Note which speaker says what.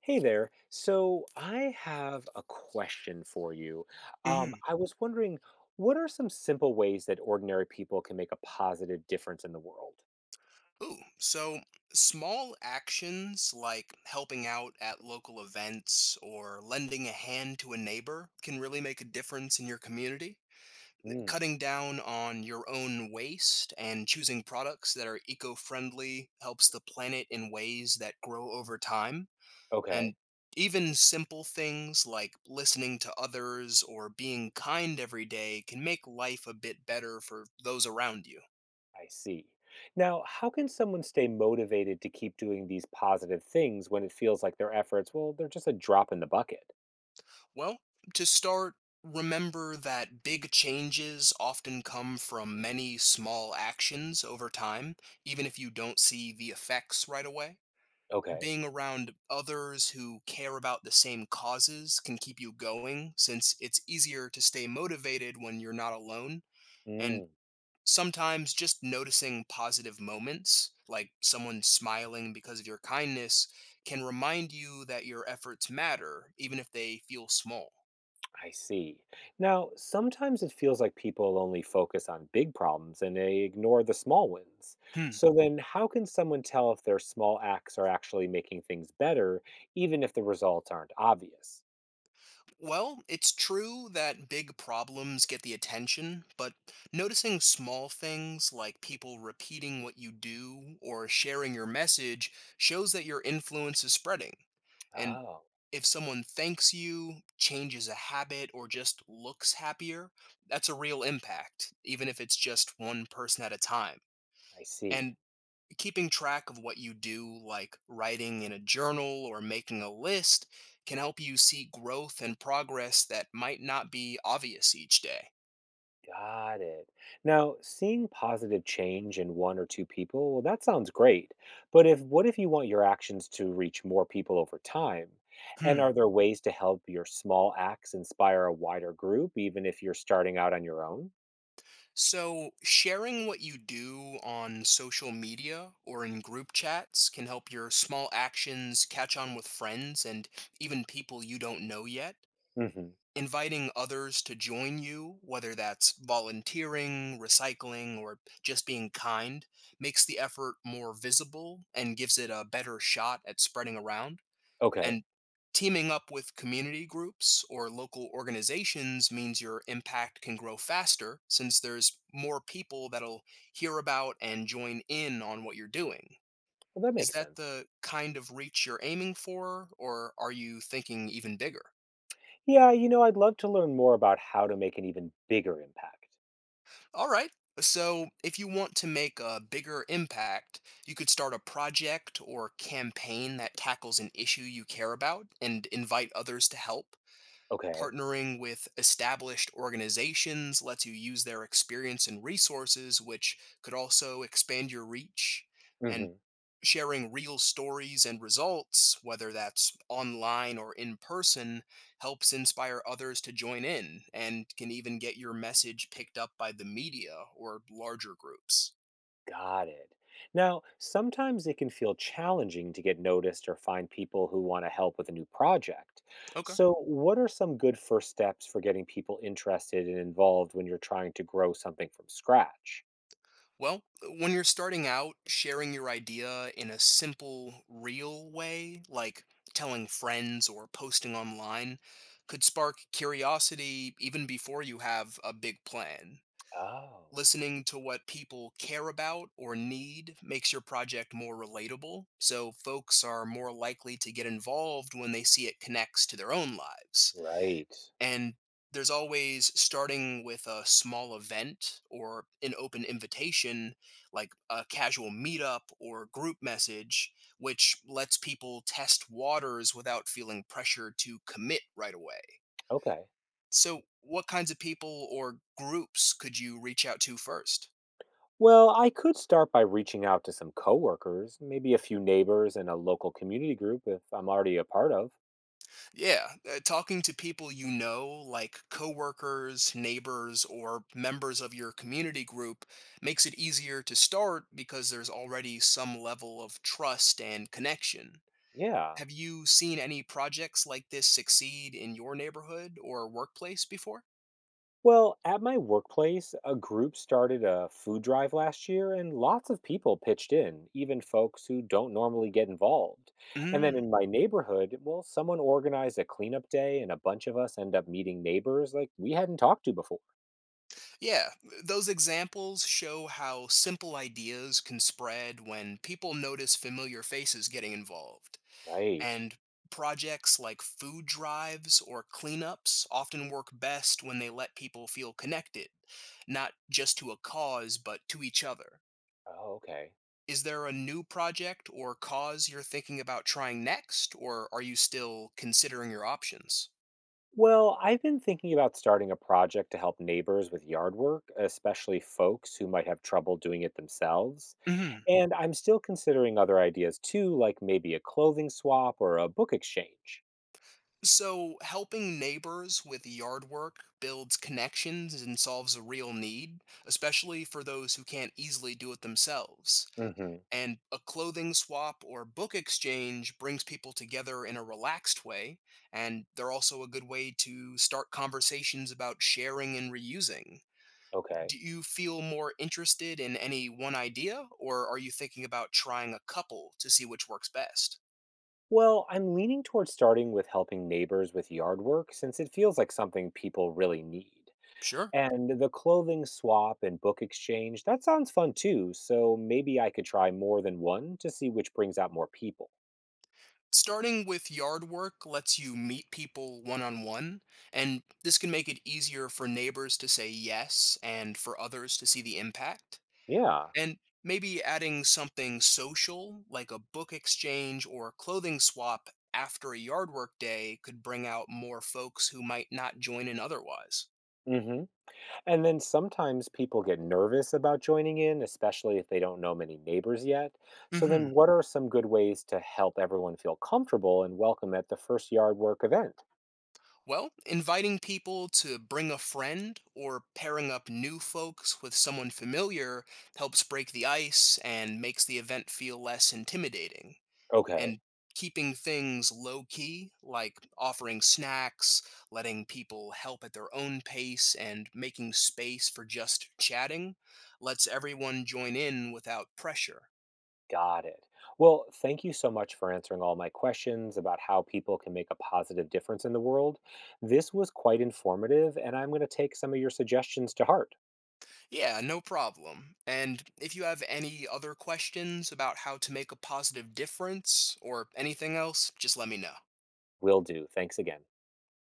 Speaker 1: Hey there. So I have a question for you.
Speaker 2: Hmm.
Speaker 1: I was wondering, what are some simple ways that ordinary people can make a positive difference in the world?
Speaker 2: Ooh, so small actions like helping out at local events or lending a hand to a neighbor can really make a difference in your community.
Speaker 1: Mm,
Speaker 2: Cutting down on your own waste and choosing products that are eco friendly helps the planet in ways that grow over time.
Speaker 1: okay,
Speaker 2: And even simple things like listening to others or being kind every day can make life a bit better for those around you.
Speaker 1: I see. Now, how can someone stay motivated to keep doing these positive things when it feels like their efforts, well, they're just a drop in the bucket?
Speaker 2: Well, to start, remember that big changes often come from many small actions over time, even if you don't see the effects right away.
Speaker 1: Okay.
Speaker 2: Being around others who care about the same causes can keep you going, since it's easier to stay motivated when you're not alone. And sometimes just noticing positive moments, like someone smiling because of your kindness, can remind you that your efforts matter, even if they feel small.
Speaker 1: I see. Now, sometimes it feels like people only focus on big problems and they ignore the small ones.
Speaker 2: Hmm.
Speaker 1: So then, how can someone tell if their small acts are actually making things better, even if the results aren't obvious?
Speaker 2: Well, it's true that big problems get the attention, but noticing small things like people repeating what you do or sharing your message shows that your influence is spreading. And
Speaker 1: Oh,
Speaker 2: if someone thanks you, changes a habit, or just looks happier, that's a real impact, even if it's just one person at a time.
Speaker 1: I see.
Speaker 2: And keeping track of what you do, like writing in a journal or making a list, can help you see growth and progress that might not be obvious each day.
Speaker 1: Got it. Now, seeing positive change in one or two people, well, that sounds great. But if what if you want your actions to reach more people over time? And
Speaker 2: Hmm.
Speaker 1: are there ways to help your small acts inspire a wider group, even if you're starting out on your own?
Speaker 2: So, sharing what you do on social media or in group chats can help your small actions catch on with friends and even people you don't know yet.
Speaker 1: Hmm.
Speaker 2: Inviting others to join you, whether that's volunteering, recycling, or just being kind, makes the effort more visible and gives it a better shot at spreading around.
Speaker 1: Okay.
Speaker 2: And teaming up with community groups or local organizations means your impact can grow faster since there's more people that'll hear about and join in on what you're doing.
Speaker 1: Well, that
Speaker 2: Is
Speaker 1: makes
Speaker 2: that
Speaker 1: sense.
Speaker 2: the kind of reach you're aiming for, or are you thinking even bigger?
Speaker 1: Yeah, you know, I'd love to learn more about how to make an even bigger impact.
Speaker 2: All right. So, if you want to make a bigger impact, you could start a project or campaign that tackles an issue you care about and invite others to help.
Speaker 1: Okay.
Speaker 2: Partnering with established organizations lets you use their experience and resources, which could also expand your reach. And
Speaker 1: Mm-hmm.
Speaker 2: sharing real stories and results, whether that's online or in person, helps inspire others to join in and can even get your message picked up by the media or larger groups.
Speaker 1: Got it. Now, sometimes it can feel challenging to get noticed or find people who want to help with a new project.
Speaker 2: Okay.
Speaker 1: So, what are some good first steps for getting people interested and involved when you're trying to grow something from scratch?
Speaker 2: Well, when you're starting out, sharing your idea in a simple, real way, like telling friends or posting online, could spark curiosity even before you have a big plan.
Speaker 1: Oh,
Speaker 2: Listening to what people care about or need makes your project more relatable, so folks are more likely to get involved when they see it connects to their own lives.
Speaker 1: right.
Speaker 2: And there's always starting with a small event or an open invitation, like a casual meetup or group message, which lets people test waters without feeling pressure to commit right away.
Speaker 1: Okay.
Speaker 2: So, what kinds of people or groups could you reach out to first?
Speaker 1: Well, I could start by reaching out to some coworkers, maybe a few neighbors and a local community group if I'm already a part of.
Speaker 2: Yeah, talking to people you know, like coworkers, neighbors, or members of your community group, makes it easier to start because there's already some level of trust and connection.
Speaker 1: Yeah.
Speaker 2: Have you seen any projects like this succeed in your neighborhood or workplace before?
Speaker 1: Well, at my workplace, a group started a food drive last year, and lots of people pitched in, even folks who don't normally get involved. And then
Speaker 2: Mm.
Speaker 1: in my neighborhood, well, someone organized a cleanup day, and a bunch of us end up meeting neighbors like we hadn't talked to before.
Speaker 2: Yeah, those examples show how simple ideas can spread when people notice familiar faces getting involved.
Speaker 1: Right.
Speaker 2: And projects like food drives or cleanups often work best when they let people feel connected, not just to a cause, but to each other.
Speaker 1: Oh, okay.
Speaker 2: Is there a new project or cause you're thinking about trying next, or are you still considering your options?
Speaker 1: Well, I've been thinking about starting a project to help neighbors with yard work, especially folks who might have trouble doing it themselves.
Speaker 2: Hmm.
Speaker 1: And I'm still considering other ideas too, like maybe a clothing swap or a book exchange.
Speaker 2: So, helping neighbors with yard work builds connections and solves a real need, especially for those who can't easily do it themselves.
Speaker 1: Hmm.
Speaker 2: And a clothing swap or book exchange brings people together in a relaxed way, and they're also a good way to start conversations about sharing and reusing.
Speaker 1: Okay.
Speaker 2: Do you feel more interested in any one idea, or are you thinking about trying a couple to see which works best?
Speaker 1: Well, I'm leaning towards starting with helping neighbors with yard work since it feels like something people really need.
Speaker 2: Sure.
Speaker 1: And the clothing swap and book exchange, that sounds fun too, so maybe I could try more than one to see which brings out more people.
Speaker 2: Starting with yard work lets you meet people one on one, and this can make it easier for neighbors to say yes and for others to see the impact.
Speaker 1: Yeah.
Speaker 2: And maybe adding something social, like a book exchange or a clothing swap after a yard work day, could bring out more folks who might not join in otherwise.
Speaker 1: Hmm. And then sometimes people get nervous about joining in, especially if they don't know many neighbors yet. So, then
Speaker 2: Hmm.
Speaker 1: what are some good ways to help everyone feel comfortable and welcome at the first yard work event?
Speaker 2: Well, inviting people to bring a friend or pairing up new folks with someone familiar helps break the ice and makes the event feel less intimidating.
Speaker 1: Okay,
Speaker 2: And keeping things low key, like offering snacks, letting people help at their own pace, and making space for just chatting, lets everyone join in without pressure.
Speaker 1: got it. Well, thank you so much for answering all my questions about how people can make a positive difference in the world. This was quite informative, and I'm going to take some of your suggestions to heart.
Speaker 2: Yeah, no problem. And if you have any other questions about how to make a positive difference or anything else, just let me know.
Speaker 1: Will do. Thanks again.